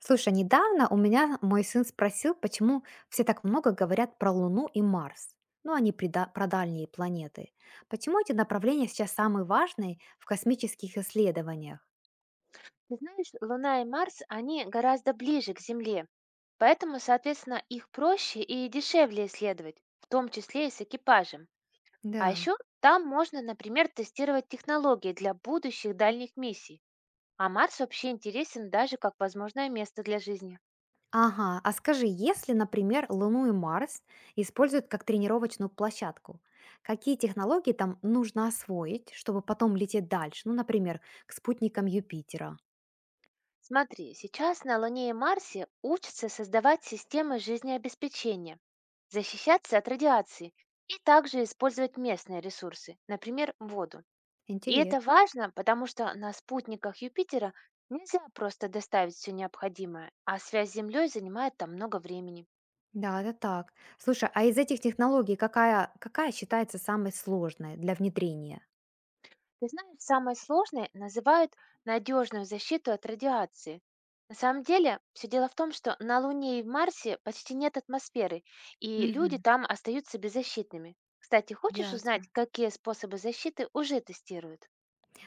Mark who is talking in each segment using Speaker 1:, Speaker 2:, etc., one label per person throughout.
Speaker 1: Слушай, недавно у меня мой сын спросил, почему все так много говорят про Луну и Марс, ну, они про дальние планеты. Почему эти направления сейчас самые важные в космических исследованиях?
Speaker 2: Ты знаешь, Луна и Марс, они гораздо ближе к Земле, поэтому, соответственно, их проще и дешевле исследовать, в том числе и с экипажем. А
Speaker 1: Да.
Speaker 2: еще там можно, например, тестировать технологии для будущих дальних миссий. А Марс вообще интересен даже как возможное место для жизни.
Speaker 1: Ага, а скажи, если, например, Луну и Марс используют как тренировочную площадку, какие технологии там нужно освоить, чтобы потом лететь дальше, ну, например, к спутникам Юпитера?
Speaker 2: Смотри, сейчас на Луне и Марсе учатся создавать системы жизнеобеспечения, защищаться от радиации и также использовать местные ресурсы, например, воду. И это
Speaker 1: Интересно.
Speaker 2: важно, потому что на спутниках Юпитера нельзя просто доставить все необходимое, а связь с Землей занимает там много времени.
Speaker 1: Да, это так. Слушай, а из этих технологий какая считается самой сложной для внедрения?
Speaker 2: Ты знаешь, самое сложное называют надежную защиту от радиации. На самом деле, все дело в том, что на Луне и в Марсе почти нет атмосферы, и люди
Speaker 1: Мгм.
Speaker 2: там остаются беззащитными. Кстати, хочешь узнать,
Speaker 1: Ясно.
Speaker 2: какие способы защиты уже тестируют?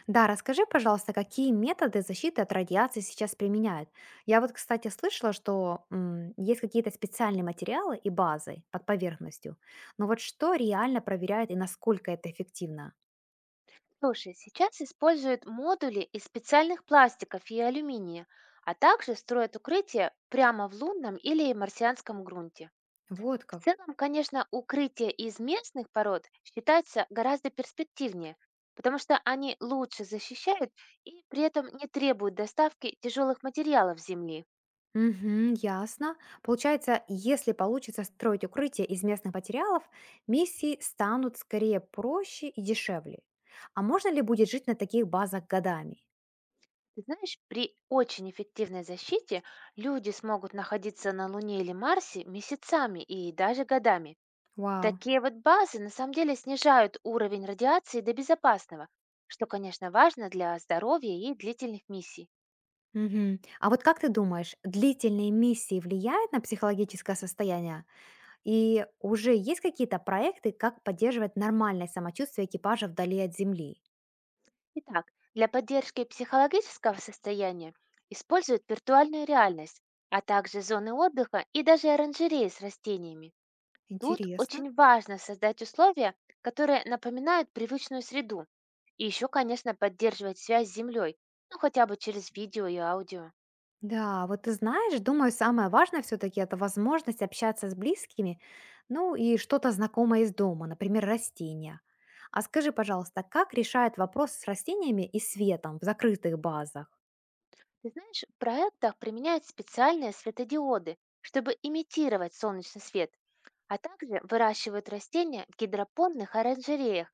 Speaker 1: Да, расскажи, пожалуйста, какие методы защиты от радиации сейчас применяют? Я вот, кстати, слышала, что есть какие-то специальные материалы и базы под поверхностью. Но вот что реально проверяет и насколько это эффективно?
Speaker 2: Слушай, сейчас используют модули из специальных пластиков и алюминия, а также строят укрытия прямо в лунном или марсианском грунте.
Speaker 1: Вот
Speaker 2: В
Speaker 1: как.
Speaker 2: целом, конечно, укрытие из местных пород считается гораздо перспективнее, потому что они лучше защищают и при этом не требуют доставки тяжелых материалов с Земли.
Speaker 1: Мгм, ясно. Получается, если получится строить укрытие из местных материалов, миссии станут скорее проще и дешевле. А можно ли будет жить на таких базах годами?
Speaker 2: Ты знаешь, при очень эффективной защите люди смогут находиться на Луне или Марсе месяцами и даже годами.
Speaker 1: Вау.
Speaker 2: Такие вот базы на самом деле снижают уровень радиации до безопасного, что, конечно, важно для здоровья и длительных миссий.
Speaker 1: Мгм. А вот как ты думаешь, длительные миссии влияют на психологическое состояние? И уже есть какие-то проекты, как поддерживать нормальное самочувствие экипажа вдали от Земли?
Speaker 2: Итак, для поддержки психологического состояния используют виртуальную реальность, а также зоны отдыха и даже оранжереи с растениями. Тут
Speaker 1: Интересно.
Speaker 2: очень важно создать условия, которые напоминают привычную среду. И еще, конечно, поддерживать связь с Землей, ну хотя бы через видео и аудио.
Speaker 1: Да, вот ты знаешь, думаю, самое важное все-таки это возможность общаться с близкими, ну и что-то знакомое из дома, например, растения. А скажи, пожалуйста, как решает вопрос с растениями и светом в закрытых базах?
Speaker 2: Ты знаешь, в проектах применяют специальные светодиоды, чтобы имитировать солнечный свет, а также выращивают растения в гидропонных оранжереях.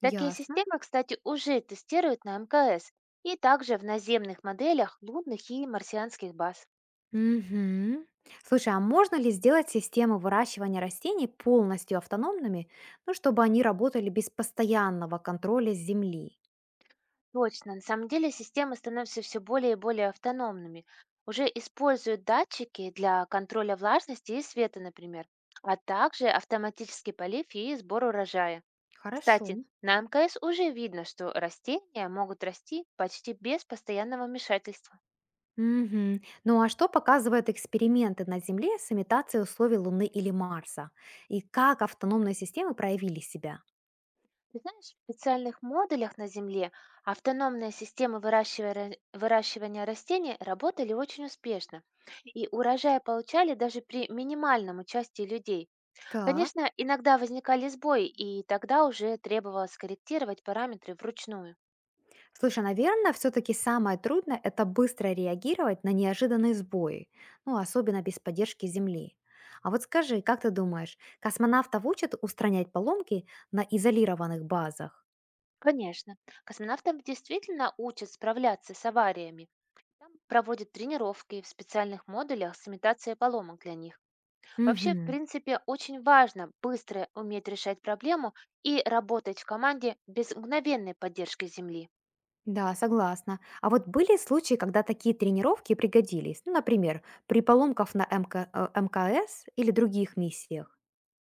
Speaker 2: Такие
Speaker 1: Ясно.
Speaker 2: системы, кстати, уже тестируют на МКС и также в наземных моделях лунных и марсианских баз.
Speaker 1: Мгм. Слушай, а можно ли сделать систему выращивания растений полностью автономными, ну, чтобы они работали без постоянного контроля с земли?
Speaker 2: Точно. На самом деле системы становятся все более и более автономными. Уже используют датчики для контроля влажности и света, например, а также автоматический полив и сбор урожая.
Speaker 1: Хорошо.
Speaker 2: Кстати, на МКС уже видно, что растения могут расти почти без постоянного вмешательства.
Speaker 1: Мгм. Ну а что показывают эксперименты на Земле с имитацией условий Луны или Марса? И как автономные системы проявили себя?
Speaker 2: Ты знаешь, в специальных модулях на Земле автономные системы выращивания растений работали очень успешно, и урожай получали даже при минимальном участии людей.
Speaker 1: Так.
Speaker 2: Конечно, иногда возникали сбои, и тогда уже требовалось корректировать параметры вручную.
Speaker 1: Слушай, наверное, все-таки самое трудное — это быстро реагировать на неожиданные сбои, ну, особенно без поддержки Земли. А вот скажи, как ты думаешь, космонавтов учат устранять поломки на изолированных базах?
Speaker 2: Конечно, космонавтов действительно учат справляться с авариями. Там проводят тренировки в специальных модулях с имитацией поломок для них. Вообще, в
Speaker 1: Мгм.
Speaker 2: принципе, очень важно быстро уметь решать проблему и работать в команде без мгновенной поддержки Земли.
Speaker 1: Да, согласна. А вот были случаи, когда такие тренировки пригодились? Ну, например, при поломках на МКС или других миссиях.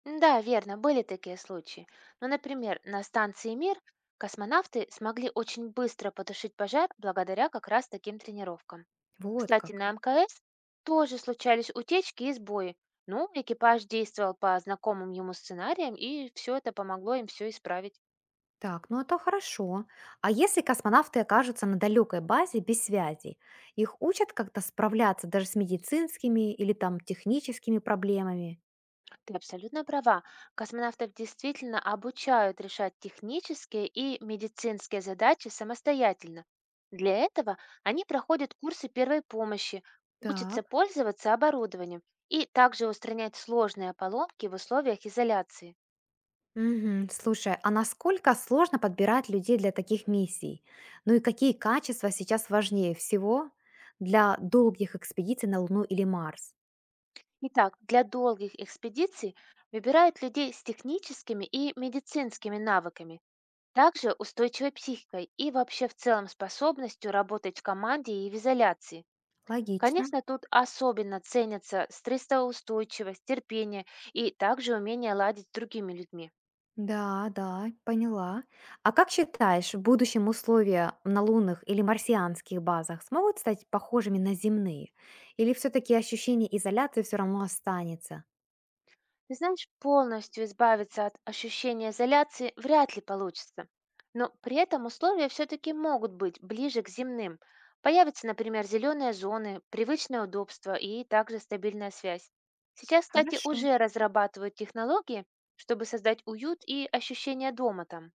Speaker 2: Да, верно, были такие случаи. Но, например, на станции «Мир» космонавты смогли очень быстро потушить пожар благодаря как раз таким тренировкам.
Speaker 1: Вот
Speaker 2: Кстати,
Speaker 1: как.
Speaker 2: на МКС тоже случались утечки и сбои. Ну, экипаж действовал по знакомым ему сценариям, и все это помогло им все исправить.
Speaker 1: Так, ну это хорошо. А если космонавты окажутся на далекой базе без связи, их учат как-то справляться даже с медицинскими или там техническими проблемами?
Speaker 2: Ты абсолютно права. Космонавтов действительно обучают решать технические и медицинские задачи самостоятельно. Для этого они проходят курсы первой помощи,
Speaker 1: Так.
Speaker 2: учатся пользоваться оборудованием и также устранять сложные поломки в условиях изоляции.
Speaker 1: Мгм. Слушай, а насколько сложно подбирать людей для таких миссий? Ну и какие качества сейчас важнее всего для долгих экспедиций на Луну или Марс?
Speaker 2: Итак, для долгих экспедиций выбирают людей с техническими и медицинскими навыками, также устойчивой психикой и вообще в целом способностью работать в команде и в изоляции.
Speaker 1: Логично.
Speaker 2: Конечно, тут особенно ценятся стрессоустойчивость, терпение и также умение ладить с другими людьми.
Speaker 1: Да, да, поняла. А как считаешь, в будущем условия на лунных или марсианских базах смогут стать похожими на земные? Или все-таки ощущение изоляции все равно останется?
Speaker 2: Ты знаешь, полностью избавиться от ощущения изоляции вряд ли получится. Но при этом условия все-таки могут быть ближе к земным. Появятся, например, зеленые зоны, привычное удобство и также стабильная связь. Сейчас, кстати,
Speaker 1: Хорошо.
Speaker 2: уже разрабатывают технологии, чтобы создать уют и ощущение дома там.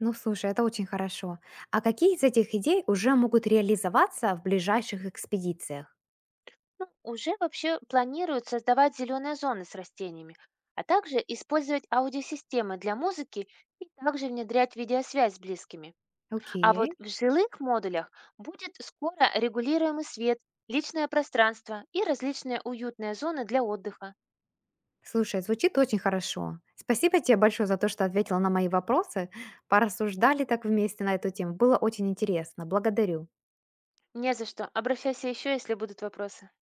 Speaker 1: Ну, слушай, это очень хорошо. А какие из этих идей уже могут реализоваться в ближайших экспедициях?
Speaker 2: Ну, уже вообще планируют создавать зеленые зоны с растениями, а также использовать аудиосистемы для музыки и также внедрять видеосвязь с близкими. А вот
Speaker 1: Окей.
Speaker 2: в жилых модулях будет скоро регулируемый свет, личное пространство и различные уютные зоны для отдыха.
Speaker 1: Слушай, звучит очень хорошо. Спасибо тебе большое за то, что ответила на мои вопросы. Порассуждали так вместе на эту тему. Было очень интересно. Благодарю.
Speaker 2: Не за что. Обращайся еще, если будут вопросы.